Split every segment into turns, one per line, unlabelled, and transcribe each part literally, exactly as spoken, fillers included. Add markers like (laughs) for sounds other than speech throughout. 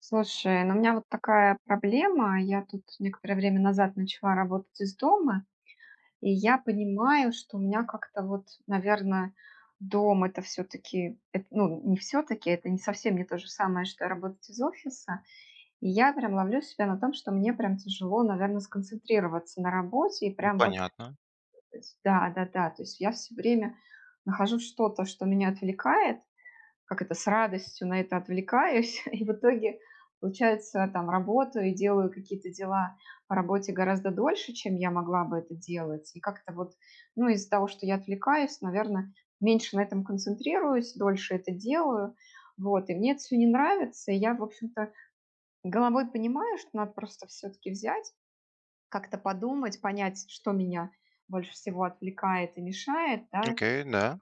Слушай, ну у меня вот такая проблема. Я тут некоторое время назад начала работать из дома, и я понимаю, что у меня как-то вот, наверное, дом это все-таки, ну не все-таки, это не совсем не то же самое, что работать из офиса. И я прям ловлю себя на том, что мне прям тяжело, наверное, сконцентрироваться на работе. И прям вот,
Понятно.
то есть да, да, да, то есть я все время нахожу что-то, что меня отвлекает, как это, с радостью на это отвлекаюсь, (laughs) и в итоге, получается, там работаю и делаю какие-то дела по работе гораздо дольше, чем я могла бы это делать. И как-то вот, ну, из-за того, что я отвлекаюсь, наверное, меньше на этом концентрируюсь, дольше это делаю. Вот, и мне это все не нравится, и я, в общем-то, головой понимаю, что надо просто все-таки взять, как-то подумать, понять, что меня больше всего отвлекает и мешает, да,
Окей, да.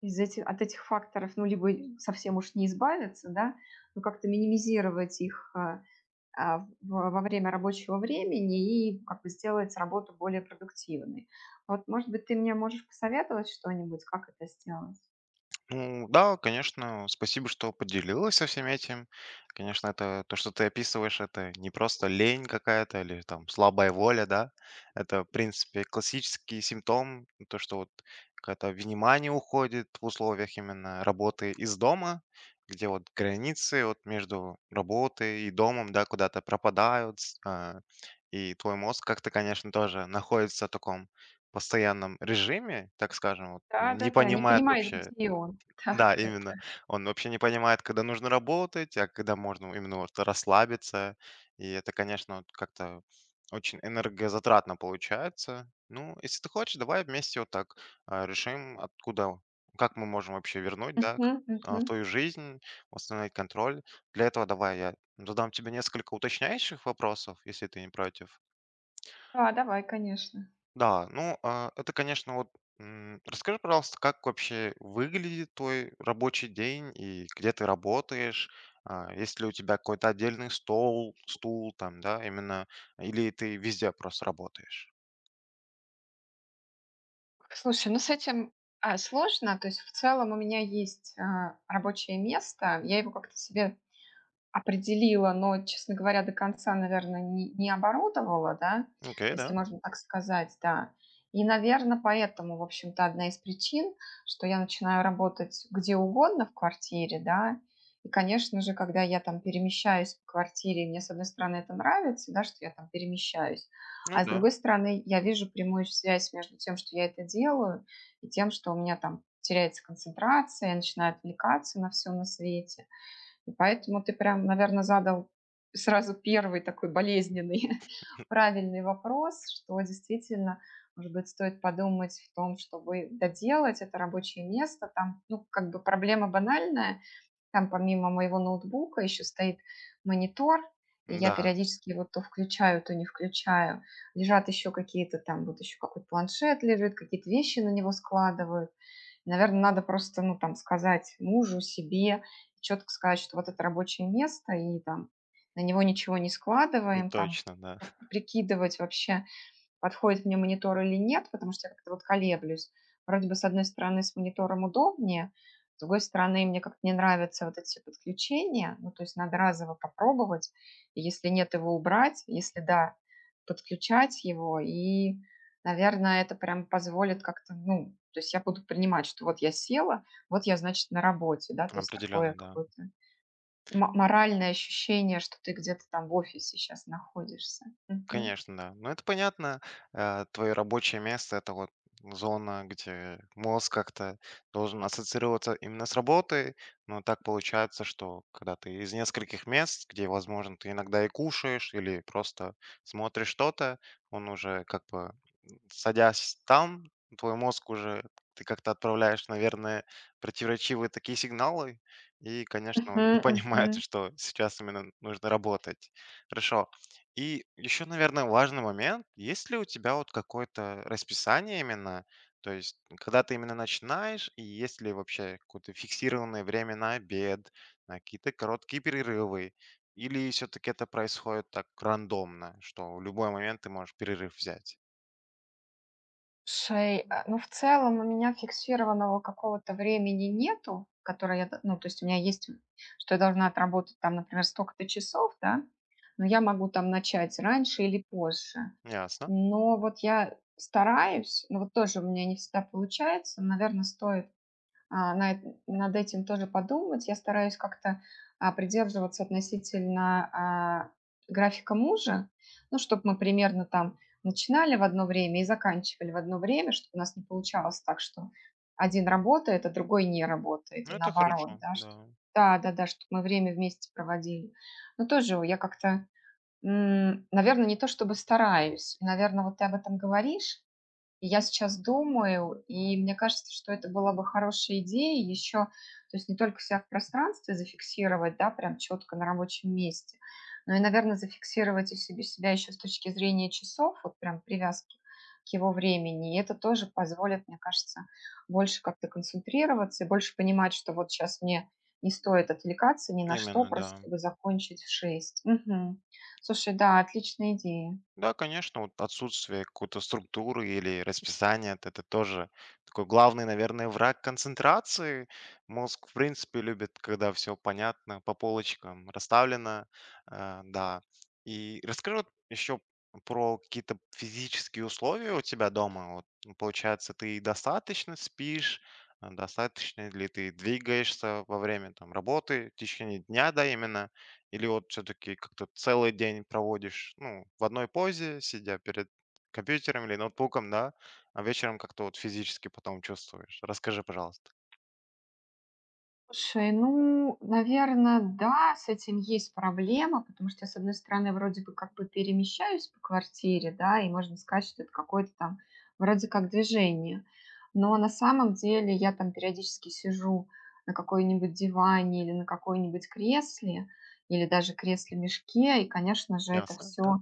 из эти от этих факторов, ну, либо совсем уж не избавиться, да, но как-то минимизировать их, а, а, во время рабочего времени и как бы сделать работу более продуктивной. Вот, может быть, ты мне можешь посоветовать что-нибудь, как это сделать?
Ну да, конечно, спасибо, что поделилась со всем этим. Конечно, это то, что ты описываешь, это не просто лень какая-то или там слабая воля, да. Это, в принципе, классический симптом, то, что вот какое-то внимание уходит в условиях именно работы из дома, где вот границы вот между работой и домом, да, куда-то пропадают, с- а, и твой мозг как-то, конечно, тоже находится в таком постоянном режиме, так скажем, вот, не
Да-да-да, не
понимает
понимает,
вообще,
где он.
да,
(laughs) Да-да-да.
именно. Он вообще не понимает, когда нужно работать, а когда можно именно вот расслабиться. И это, конечно, вот как-то очень энергозатратно получается. Ну, если ты хочешь, давай вместе вот так а, решим, откуда, как мы можем вообще вернуть, да,
Мгм,
к- а,
мгм.
в твою жизнь, восстановить контроль. Для этого давай я задам тебе несколько уточняющих вопросов, если ты не против.
Да, давай, конечно.
Да, ну, а, это, конечно, вот, м, расскажи, пожалуйста, как вообще выглядит твой рабочий день и где ты работаешь? А, есть ли у тебя какой-то отдельный стол, стул там, да, именно, или ты везде просто работаешь?
Слушай, ну с этим, а, сложно. То есть в целом у меня есть, а, рабочее место. Я его как-то себе определила, но, честно говоря, до конца, наверное, не не оборудовала, да,
Окей,
если
да,
можно так сказать, да. И, наверное, поэтому, в общем-то, одна из причин, что я начинаю работать где угодно в квартире, да. И, конечно же, когда я там перемещаюсь по квартире, мне, с одной стороны, это нравится, да, что я там перемещаюсь,
ну
а с
да,
другой стороны, я вижу прямую связь между тем, что я это делаю, и тем, что у меня там теряется концентрация, я начинаю отвлекаться на все на свете. И поэтому ты прям, наверное, задал сразу первый такой болезненный (laughs) правильный вопрос, что действительно, может быть, стоит подумать в том, чтобы доделать это рабочее место. Там, ну, как бы проблема банальная, там помимо моего ноутбука еще стоит монитор, и я
да,
периодически его то включаю, то не включаю. Лежат еще какие-то там, вот еще какой-то планшет лежит, какие-то вещи на него складывают. Наверное, надо просто, ну, там, сказать мужу, себе, четко сказать, что вот это рабочее место, и там на него ничего не
ну,
складываем, там,
точно, да, (laughs)
прикидывать вообще, подходит мне монитор или нет, потому что я как-то вот колеблюсь. Вроде бы, с одной стороны, с монитором удобнее, с другой стороны, мне как-то не нравятся вот эти подключения, ну, то есть надо разово попробовать, и если нет, его убрать, если да, подключать его, и, наверное, это прям позволит как-то, ну, то есть я буду принимать, что вот я села, вот я, значит, на работе, да, то есть
определенно,
такое
да.
какое-то мо- моральное ощущение, что ты где-то там в офисе сейчас находишься. Мгм.
Конечно, да. Ну, это понятно. Э, твое рабочее место- это вот зона, где мозг как-то должен ассоциироваться именно с работой. Но так получается, что когда ты из нескольких мест, где, возможно, ты иногда и кушаешь или просто смотришь что-то, он уже как бы, м, садясь там, твой мозг уже ты как-то отправляешь, наверное, противоречивые такие сигналы, и, конечно, он не
Мгм,
(laughs)
мгм.
понимает, что сейчас именно нужно работать. Хорошо. И еще, наверное, важный момент. Есть ли у тебя вот какое-то расписание именно? То есть, когда ты именно начинаешь, и есть ли вообще какое-то фиксированное время на обед, на какие-то короткие перерывы? Или все-таки это происходит так рандомно, что в любой момент ты можешь перерыв взять?
Шей, а, ну, в целом у меня фиксированного какого-то времени нету, которое я, д- ну, то есть у меня есть, что я должна отработать там, например, столько-то часов, да, но я могу там начать раньше или позже.
Ясно.
Но вот я стараюсь, но вот тоже у меня не всегда получается, наверное, стоит а, на над этим тоже подумать. Я стараюсь как-то, а, придерживаться относительно, а, графика мужа, ну, чтобы мы примерно там начинали в одно время и заканчивали в одно время, чтобы у нас не получалось так, что один работает, а другой не работает,
Ну,
и
это
наоборот,
хорошо,
да, что
да.
да-да-да, чтобы мы время вместе проводили. Но тоже я как-то, наверное, не то чтобы стараюсь, наверное, вот ты об этом говоришь и я сейчас думаю, и мне кажется, что это была бы хорошая идея еще, то есть не только себя в пространстве зафиксировать, да, прям четко на рабочем месте, но и, наверное, зафиксировать и себе себя еще с точки зрения часов, вот прям привязки к его времени. И это тоже позволит, мне кажется, больше как-то концентрироваться и больше понимать, что вот сейчас мне не стоит отвлекаться ни на что,
Именно, да.
просто чтобы закончить в шесть. Мгм. Слушай, да, отличная идея.
Да, конечно, вот отсутствие какой-то структуры или расписания, это это тоже такой главный, наверное, враг концентрации. Мозг, в принципе, любит, когда все понятно, по полочкам расставлено. А, да. И расскажи вот еще про какие-то физические условия у тебя дома. Вот, ну, получается, ты достаточно спишь, а, достаточно ли ты двигаешься во время там, работы, в течение дня, да, именно, или вот все-таки как-то целый день проводишь, ну, в одной позе, сидя перед компьютером или ноутбуком, да, а вечером как-то вот физически потом чувствуешь? Расскажи, пожалуйста.
Слушай, ну, наверное, да, с этим есть проблема, потому что я, с одной стороны, вроде бы как бы перемещаюсь по квартире, да, и можно сказать, что это какое-то там вроде как движение. Но на самом деле я там периодически сижу на какой-нибудь диване или на какой-нибудь кресле, или даже кресле-мешке, и, конечно же, это
Ясно.
все.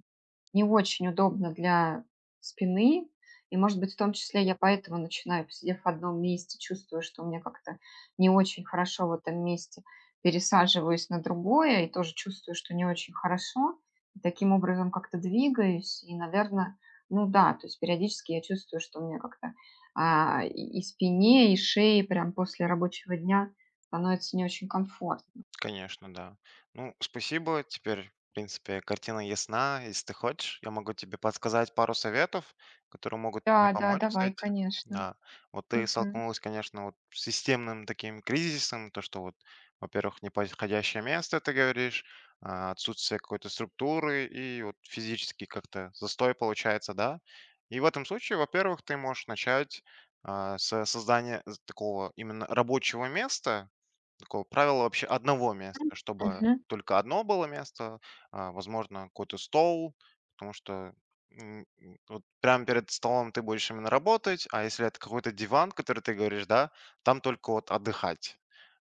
Не очень удобно для спины. И, может быть, в том числе я поэтому начинаю, посидев в одном месте, чувствую, что у меня как-то не очень хорошо в этом месте, пересаживаюсь на другое и тоже чувствую, что не очень хорошо. И таким образом как-то двигаюсь. И, наверное, ну да, то есть периодически я чувствую, что у меня как-то а, и и спине, и шее прям после рабочего дня становится не очень комфортно.
Конечно, да. Ну, спасибо. Теперь, в принципе, картина ясна. Если ты хочешь, я могу тебе подсказать пару советов, которые могут тебе
Да, да,
помочь с
давай,
этим.
конечно.
Да. Вот ты
Мгм.
столкнулась, конечно, вот с системным таким кризисом, то, что вот, во-первых, неподходящее место, ты говоришь, а, отсутствие какой-то структуры и вот физически как-то застой получается, да. И в этом случае, во-первых, ты можешь начать а, с создания такого именно рабочего места, такого правила вообще одного места, чтобы
Мгм.
только одно было место, а, возможно, какой-то стол, потому что, м, м, вот прямо перед столом ты будешь именно работать, а если это какой-то диван, который ты говоришь, да, там только вот отдыхать.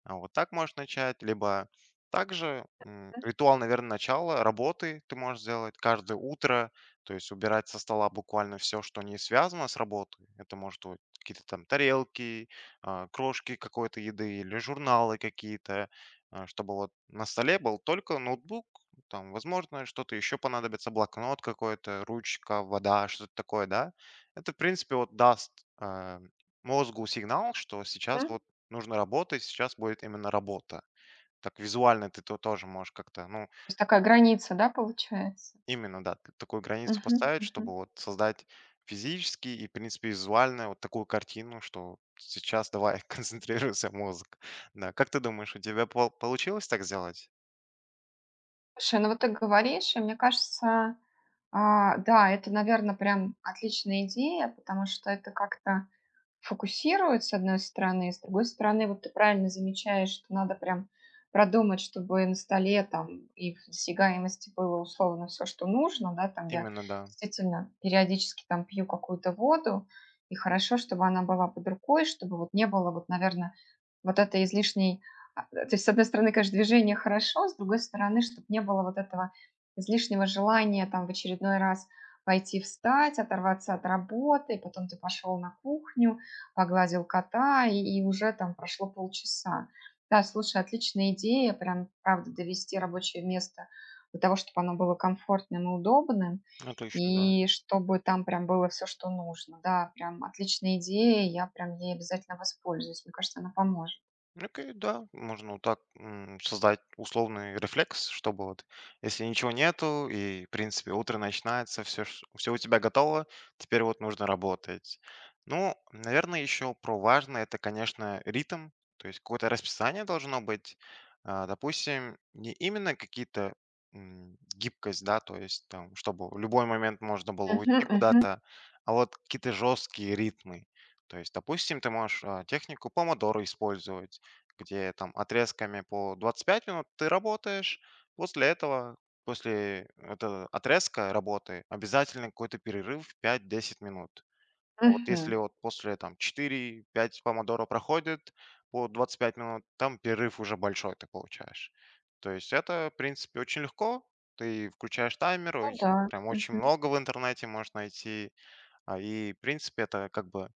А, вот так можешь начать, либо также, м, ритуал, наверное, начала работы ты можешь сделать каждое утро, то есть убирать со стола буквально все, что не связано с работой. Это может быть какие-то там тарелки, а, крошки какой-то еды или журналы какие-то, а, чтобы вот на столе был только ноутбук, там, возможно, что-то еще понадобится, блокнот какой-то, ручка, вода, что-то такое, да. Это, в принципе, вот даст а, мозгу сигнал, что сейчас
Мгм.
вот нужно работать, сейчас будет именно работа. Так визуально ты то тоже можешь как-то, ну,
То есть такая граница, да, получается?
именно, да. Т такую границу
Мгм,
поставить,
мгм.
чтобы вот создать физически и, в принципе, визуально вот такую картину, что сейчас давай (laughs) концентрируйся, мозг. Да, как ты думаешь, у тебя пол получилось так сделать?
Слушай, ну вот ты говоришь, и мне кажется, а, да, это, наверное, прям отличная идея, потому что это как-то фокусирует, с одной стороны, с другой стороны, вот ты правильно замечаешь, что надо прям продумать, чтобы на столе там и в досягаемости было условно все, что нужно, да, там я
Именно, да.
действительно периодически там пью какую-то воду, и хорошо, чтобы она была под рукой, чтобы вот не было вот, наверное, вот это излишней а, э, то есть, с одной стороны, конечно, движение хорошо, с другой стороны, чтобы не было вот этого излишнего желания там в очередной раз пойти встать, оторваться от работы, и потом ты пошел на кухню, погладил кота, и, и уже там прошло полчаса. Да, слушай, отличная идея, прям, правда, довести рабочее место для того, чтобы оно было комфортным и удобным,
Отлично, да.
и чтобы там прям было все, что нужно. Да, прям отличная идея, я прям ей обязательно воспользуюсь. Мне кажется, она поможет.
Окей, да, можно вот так м, создать условный рефлекс, чтобы вот, если ничего нету, и, в принципе, утро начинается, все, все у тебя готово, теперь вот нужно работать. Ну, наверное, еще про важное, это, конечно, ритм, то есть какое-то расписание должно быть. А, допустим, не именно какие-то м, гибкость, да, то есть там, чтобы в любой момент можно было
Мгм,
уйти
мгм,
куда-то, а вот какие-то жесткие ритмы. То есть, допустим, ты можешь а, технику помодоро использовать, где там отрезками по двадцать пять минут ты работаешь. После этого, после этого отрезка работы обязательно какой-то перерыв пять десять минут. А Вот если
мгм.
вот после там четыре пять помодоро проходит по двадцать пять минут, там перерыв уже большой ты получаешь. То есть это, в принципе, очень легко. Ты включаешь таймер,
Ну
их
да.
прям очень
Мгм,
много в интернете можешь найти. А, И, в принципе, это как бы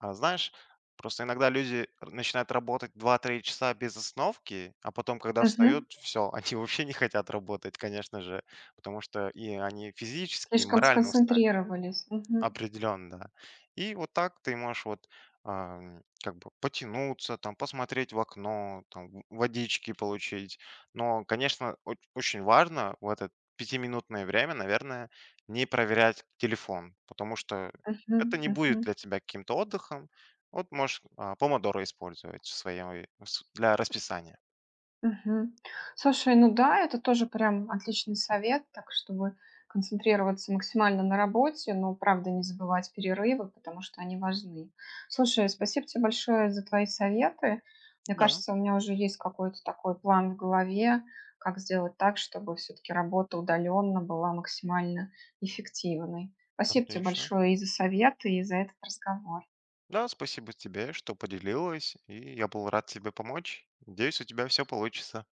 а знаешь, просто иногда люди начинают работать два-три часа без остановки, а потом, когда
мгм.
встают, все, (laughs) они вообще не хотят работать, конечно же, потому что и они физически, и
Слишком
морально устали.
сконцентрировались. Мгм,
Определенно, да. И вот так ты можешь вот ам, как бы потянуться, там, посмотреть в окно, там, в- водички получить. Но, конечно, оч- очень важно в это пятиминутное время, наверное, не проверять телефон, потому что
мгм,
это не будет
мгм.
для тебя каким-то отдыхом. Вот можешь а, помодоро использовать в своей, в с- для расписания.
Мгм. Слушай, ну да, это тоже прям отличный совет, так чтобы концентрироваться максимально на работе, но, правда, не забывать перерывы, потому что они важны. Слушай, спасибо тебе большое за твои советы. Мне
Да,
кажется, у меня уже есть какой-то такой план в голове, как сделать так, чтобы все-таки работа удаленно была максимально эффективной. Спасибо тебе
отлично.
большое и за советы, и за этот разговор.
Да, спасибо тебе, что поделилась, и я был рад тебе помочь. Надеюсь, у тебя все получится.